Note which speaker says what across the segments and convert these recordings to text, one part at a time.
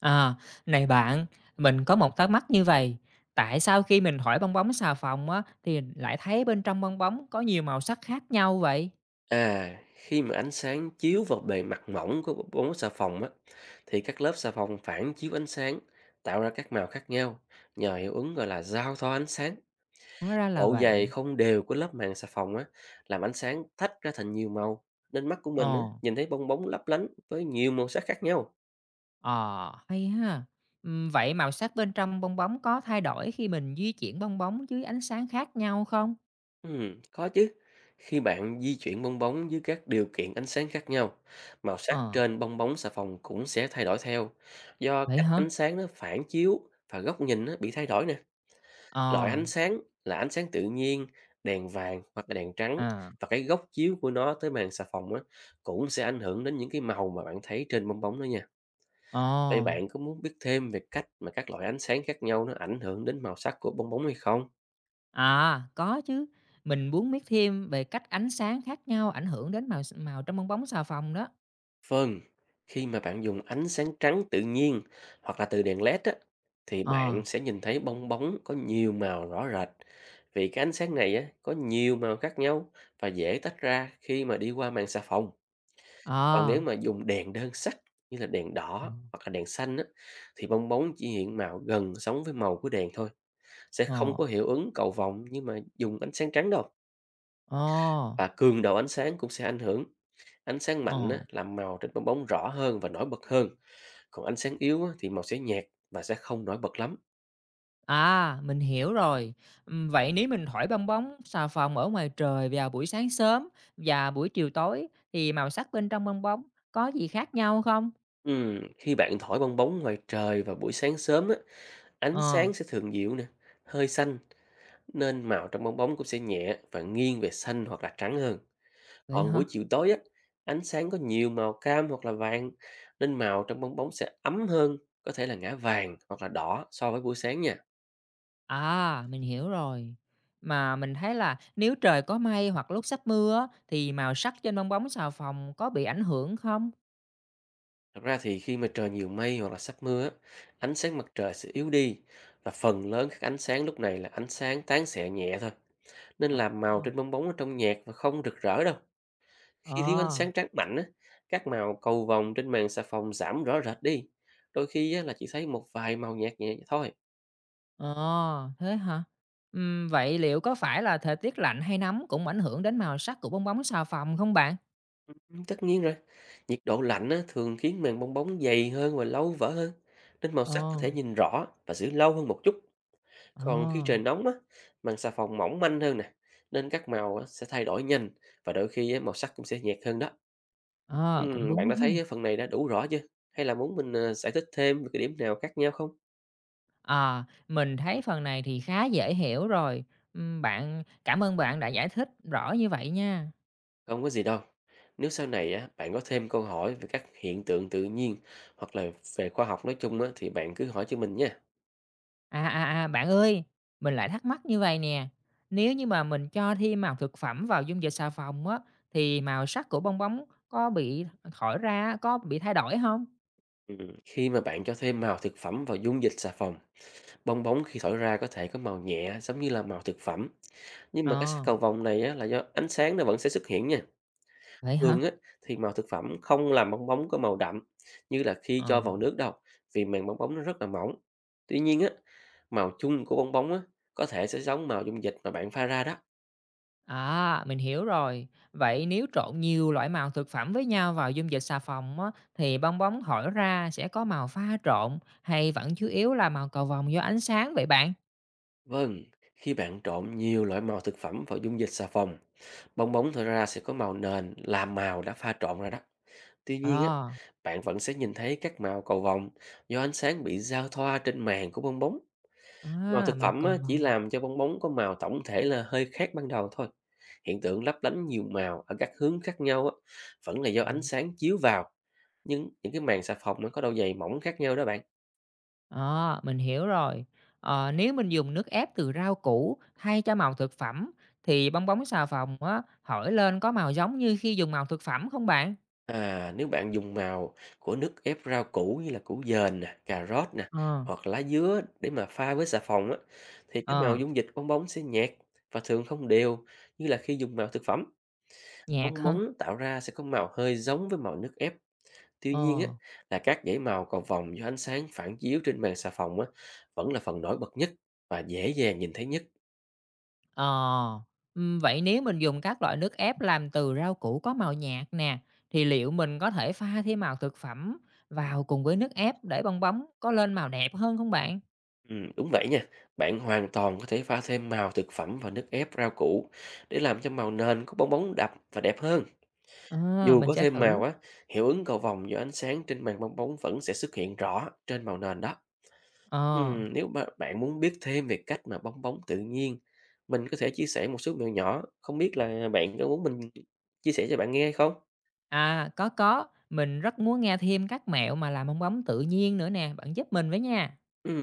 Speaker 1: À, này bạn, mình có một thắc mắc như vậy. Tại sao khi mình thổi bong bóng xà phòng á, thì lại thấy bên trong bong bóng có nhiều màu sắc khác nhau vậy?
Speaker 2: À, khi mà ánh sáng chiếu vào bề mặt mỏng của bóng xà phòng á, thì các lớp xà phòng phản chiếu ánh sáng, tạo ra các màu khác nhau, nhờ hiệu ứng gọi là giao thoa ánh sáng.
Speaker 1: Hóa ra là
Speaker 2: Độ dày
Speaker 1: vậy.
Speaker 2: không đều của lớp màng xà phòng á, làm ánh sáng tách ra thành nhiều màu, nên mắt của mình á,
Speaker 1: Ồ,
Speaker 2: nhìn thấy bong bóng lấp lánh với nhiều màu sắc khác nhau.
Speaker 1: ờ, hay ha. Vậy màu sắc bên trong bong bóng có thay đổi khi mình di chuyển bong bóng dưới ánh sáng khác nhau không?
Speaker 2: Có chứ. Khi bạn di chuyển bong bóng dưới các điều kiện ánh sáng khác nhau, màu sắc
Speaker 1: Ờ,
Speaker 2: trên bong bóng xà phòng cũng sẽ thay đổi theo. Do
Speaker 1: vậy
Speaker 2: cách
Speaker 1: hả?
Speaker 2: ánh sáng nó phản chiếu và góc nhìn nó bị thay đổi nè. Loại
Speaker 1: Ờ,
Speaker 2: ánh sáng là ánh sáng tự nhiên, đèn vàng hoặc là đèn trắng
Speaker 1: à,
Speaker 2: và cái góc chiếu của nó tới màn xà phòng á cũng sẽ ảnh hưởng đến những cái màu mà bạn thấy trên bong bóng đó nha.
Speaker 1: ồ,
Speaker 2: Vậy bạn có muốn biết thêm về cách mà các loại ánh sáng khác nhau nó ảnh hưởng đến màu sắc của bong bóng hay không?
Speaker 1: à, có chứ. Mình muốn biết thêm về cách ánh sáng khác nhau ảnh hưởng đến màu màu trong bong bóng xà phòng đó.
Speaker 2: Vâng, khi mà bạn dùng ánh sáng trắng tự nhiên hoặc là từ đèn LED á, thì
Speaker 1: Ờ,
Speaker 2: bạn sẽ nhìn thấy bong bóng có nhiều màu rõ rệt. Vì cái ánh sáng này á, có nhiều màu khác nhau và dễ tách ra khi mà đi qua màn xà phòng. Còn
Speaker 1: ờ.
Speaker 2: nếu mà dùng đèn đơn sắc như là đèn
Speaker 1: Ờ,
Speaker 2: đỏ hoặc là đèn xanh á, thì bong bóng chỉ hiện màu gần giống với màu của đèn thôi. Sẽ
Speaker 1: ờ,
Speaker 2: không có hiệu ứng cầu vồng nhưng mà dùng ánh sáng trắng đâu.
Speaker 1: ờ,
Speaker 2: Và cường độ ánh sáng cũng sẽ ảnh hưởng. Ánh sáng mạnh á,
Speaker 1: ờ.
Speaker 2: làm màu trên bong bóng rõ hơn và nổi bật hơn, còn ánh sáng yếu á, thì màu sẽ nhạt và sẽ không nổi bật lắm.
Speaker 1: À, mình hiểu rồi. Vậy nếu mình thổi bong bóng xà phòng ở ngoài trời vào buổi sáng sớm và buổi chiều tối thì màu sắc bên trong bong bóng có gì khác nhau không?
Speaker 2: Khi bạn thổi bong bóng ngoài trời vào buổi sáng sớm á, ánh
Speaker 1: Ờ,
Speaker 2: sáng sẽ thường dịu nè, hơi xanh nên màu trong bong bóng cũng sẽ nhẹ và nghiêng về xanh hoặc là trắng hơn.
Speaker 1: vậy
Speaker 2: Còn buổi
Speaker 1: hả?
Speaker 2: chiều tối á, ánh sáng có nhiều màu cam hoặc là vàng nên màu trong bong bóng sẽ ấm hơn, có thể là ngã vàng hoặc là đỏ so với buổi sáng nha.
Speaker 1: À, mình hiểu rồi. Mà mình thấy là nếu trời có mây hoặc lúc sắp mưa á, thì màu sắc trên bong bóng xà phòng có bị ảnh hưởng không?
Speaker 2: Thật ra thì khi mà trời nhiều mây hoặc là sắp mưa á, ánh sáng mặt trời sẽ yếu đi và phần lớn các ánh sáng lúc này là ánh sáng tán xẹ nhẹ thôi nên là
Speaker 1: Ờ.
Speaker 2: màu trên bong bóng ở trong nhạt và không rực rỡ đâu. Khi thiếu ánh
Speaker 1: Ờ.
Speaker 2: sáng trắng mạnh, á, các màu cầu vồng trên màn xà phòng giảm rõ rệt đi. Đôi khi á, là chỉ thấy một vài màu nhạt nhẹ vậy thôi.
Speaker 1: Ờ, thế hả? Vậy liệu có phải là thời tiết lạnh hay nóng cũng ảnh hưởng đến màu sắc của bong bóng xà phòng không bạn?
Speaker 2: Ừ, tất nhiên rồi, nhiệt độ lạnh á, thường khiến màng bong bóng dày hơn và lâu vỡ hơn, nên màu sắc có
Speaker 1: Ờ,
Speaker 2: thể nhìn rõ và giữ lâu hơn một chút.
Speaker 1: ờ,
Speaker 2: Còn khi trời nóng, á, màng xà phòng mỏng manh hơn nè, nên các màu á, sẽ thay đổi nhanh và đôi khi á, màu sắc cũng sẽ nhạt hơn đó. Ừ,
Speaker 1: ờ, cũng
Speaker 2: bạn
Speaker 1: đúng
Speaker 2: đã
Speaker 1: ha.
Speaker 2: thấy phần này đã đủ rõ chưa? Hay là muốn mình giải thích thêm về cái điểm nào khác nhau không?
Speaker 1: Ờ, mình thấy phần này thì khá dễ hiểu rồi. Bạn cảm ơn bạn đã giải thích rõ như vậy nha.
Speaker 2: Không có gì đâu. Nếu sau này á, bạn có thêm câu hỏi về các hiện tượng tự nhiên hoặc là về khoa học nói chung á, thì bạn cứ hỏi cho mình nha.
Speaker 1: À, à, à, bạn ơi, mình lại thắc mắc như vậy nè. Nếu như mà mình cho thêm màu thực phẩm vào dung dịch xà phòng á, thì màu sắc của bong bóng có bị có bị thay đổi không?
Speaker 2: Ừ. Khi mà bạn cho thêm màu thực phẩm vào dung dịch xà phòng, bong bóng khi thổi ra có thể có màu nhẹ giống như là màu thực phẩm. Nhưng mà cái sắc
Speaker 1: Ờ,
Speaker 2: cầu vồng này á, là do ánh sáng nó vẫn sẽ xuất hiện nha.
Speaker 1: vậy hả?
Speaker 2: Thường á, thì màu thực phẩm không làm bong bóng có màu đậm như là khi
Speaker 1: Ờ.
Speaker 2: cho vào nước đâu vì màng bong bóng nó rất là mỏng. Tuy nhiên á, màu chung của bong bóng á, có thể sẽ giống màu dung dịch mà bạn pha ra đó.
Speaker 1: À, mình hiểu rồi. Vậy nếu trộn nhiều loại màu thực phẩm với nhau vào dung dịch xà phòng á, thì bong bóng hỏi ra sẽ có màu pha trộn hay vẫn chủ yếu là màu cầu vồng do ánh sáng vậy bạn?
Speaker 2: Vâng, khi bạn trộn nhiều loại màu thực phẩm vào dung dịch xà phòng, bong bóng thở ra sẽ có màu nền là màu đã pha trộn rồi đó. Tuy
Speaker 1: Ờ,
Speaker 2: nhiên á, bạn vẫn sẽ nhìn thấy các màu cầu vồng do ánh sáng bị giao thoa trên màng của bong bóng. Màu thực
Speaker 1: màu
Speaker 2: phẩm
Speaker 1: cầu
Speaker 2: á, chỉ
Speaker 1: vồng.
Speaker 2: làm cho bong bóng có màu tổng thể là hơi khác ban đầu thôi. Hiện tượng lấp lánh nhiều màu ở các hướng khác nhau á, vẫn là do ánh sáng chiếu vào, nhưng những cái màng xà phòng nó có độ dày mỏng khác nhau đó bạn.
Speaker 1: Ờ, mình hiểu rồi. Nếu mình dùng nước ép từ rau củ thay cho màu thực phẩm thì bong bóng xà phòng á, hỏi lên có màu giống như khi dùng màu thực phẩm không bạn?
Speaker 2: À, nếu bạn dùng màu của nước ép rau củ như là củ dền nè, cà rốt nè,
Speaker 1: Ờ,
Speaker 2: hoặc lá dứa để mà pha với xà phòng á, thì cái màu
Speaker 1: ờ,
Speaker 2: dung dịch bong bóng sẽ nhạt và thường không đều như là khi dùng màu thực phẩm.
Speaker 1: nhạt
Speaker 2: Bong
Speaker 1: hả?
Speaker 2: bóng tạo ra sẽ có màu hơi giống với màu nước ép. Tuy
Speaker 1: Ờ.
Speaker 2: nhiên á, là các dãy màu còn vòng do ánh sáng phản chiếu trên màn xà phòng á, vẫn là phần nổi bật nhất và dễ dàng nhìn thấy nhất.
Speaker 1: Ờ, vậy nếu mình dùng các loại nước ép làm từ rau củ có màu nhạt nè, thì liệu mình có thể pha thêm màu thực phẩm vào cùng với nước ép để bong bóng có lên màu đẹp hơn không bạn?
Speaker 2: Ừ, đúng vậy nha. Bạn hoàn toàn có thể pha thêm màu thực phẩm vào nước ép rau củ để làm cho màu nền có bong bóng đậm và đẹp hơn.
Speaker 1: Ờ,
Speaker 2: Dù
Speaker 1: mình
Speaker 2: có
Speaker 1: sẽ
Speaker 2: thêm màu
Speaker 1: thử.
Speaker 2: á, hiệu ứng cầu vồng do ánh sáng trên màn bong bóng vẫn sẽ xuất hiện rõ trên màu nền đó.
Speaker 1: Ờ,
Speaker 2: Ừ, nếu mà bạn muốn biết thêm về cách mà bong bóng tự nhiên, mình có thể chia sẻ một số mẹo nhỏ. Không biết là bạn có muốn mình chia sẻ cho bạn nghe hay không?
Speaker 1: À, có, mình rất muốn nghe thêm các mẹo mà làm bong bóng tự nhiên nữa nè, bạn giúp mình với nha.
Speaker 2: Ừ,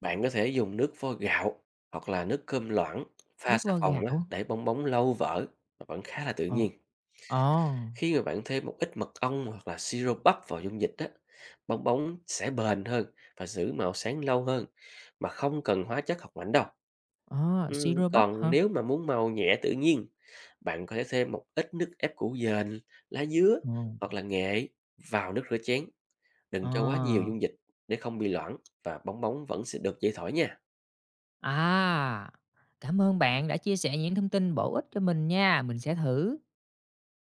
Speaker 2: bạn có thể dùng nước vo gạo hoặc là nước cơm loãng pha
Speaker 1: Nước
Speaker 2: xà
Speaker 1: vo
Speaker 2: phòng á,
Speaker 1: gạo.
Speaker 2: để bong bóng lâu vỡ mà vẫn khá là tự
Speaker 1: Ờ,
Speaker 2: nhiên.
Speaker 1: ờ,
Speaker 2: Khi mà bạn thêm một ít mật ong hoặc là siro bắp vào dung dịch á, bong bóng sẽ bền hơn và giữ màu sáng lâu hơn mà không cần hóa chất hoặc mảnh đâu.
Speaker 1: ờ,
Speaker 2: Ừ,
Speaker 1: siro bắp
Speaker 2: còn
Speaker 1: hả?
Speaker 2: nếu mà muốn màu nhẹ tự nhiên, bạn có thể thêm một ít nước ép củ dền, lá dứa
Speaker 1: Ờ,
Speaker 2: hoặc là nghệ vào nước rửa chén.
Speaker 1: ờ.
Speaker 2: Đừng cho quá nhiều dung dịch để không bị loãng và bong bóng vẫn sẽ được dễ thổi nha.
Speaker 1: À, cảm ơn bạn đã chia sẻ những thông tin bổ ích cho mình nha. Mình sẽ thử.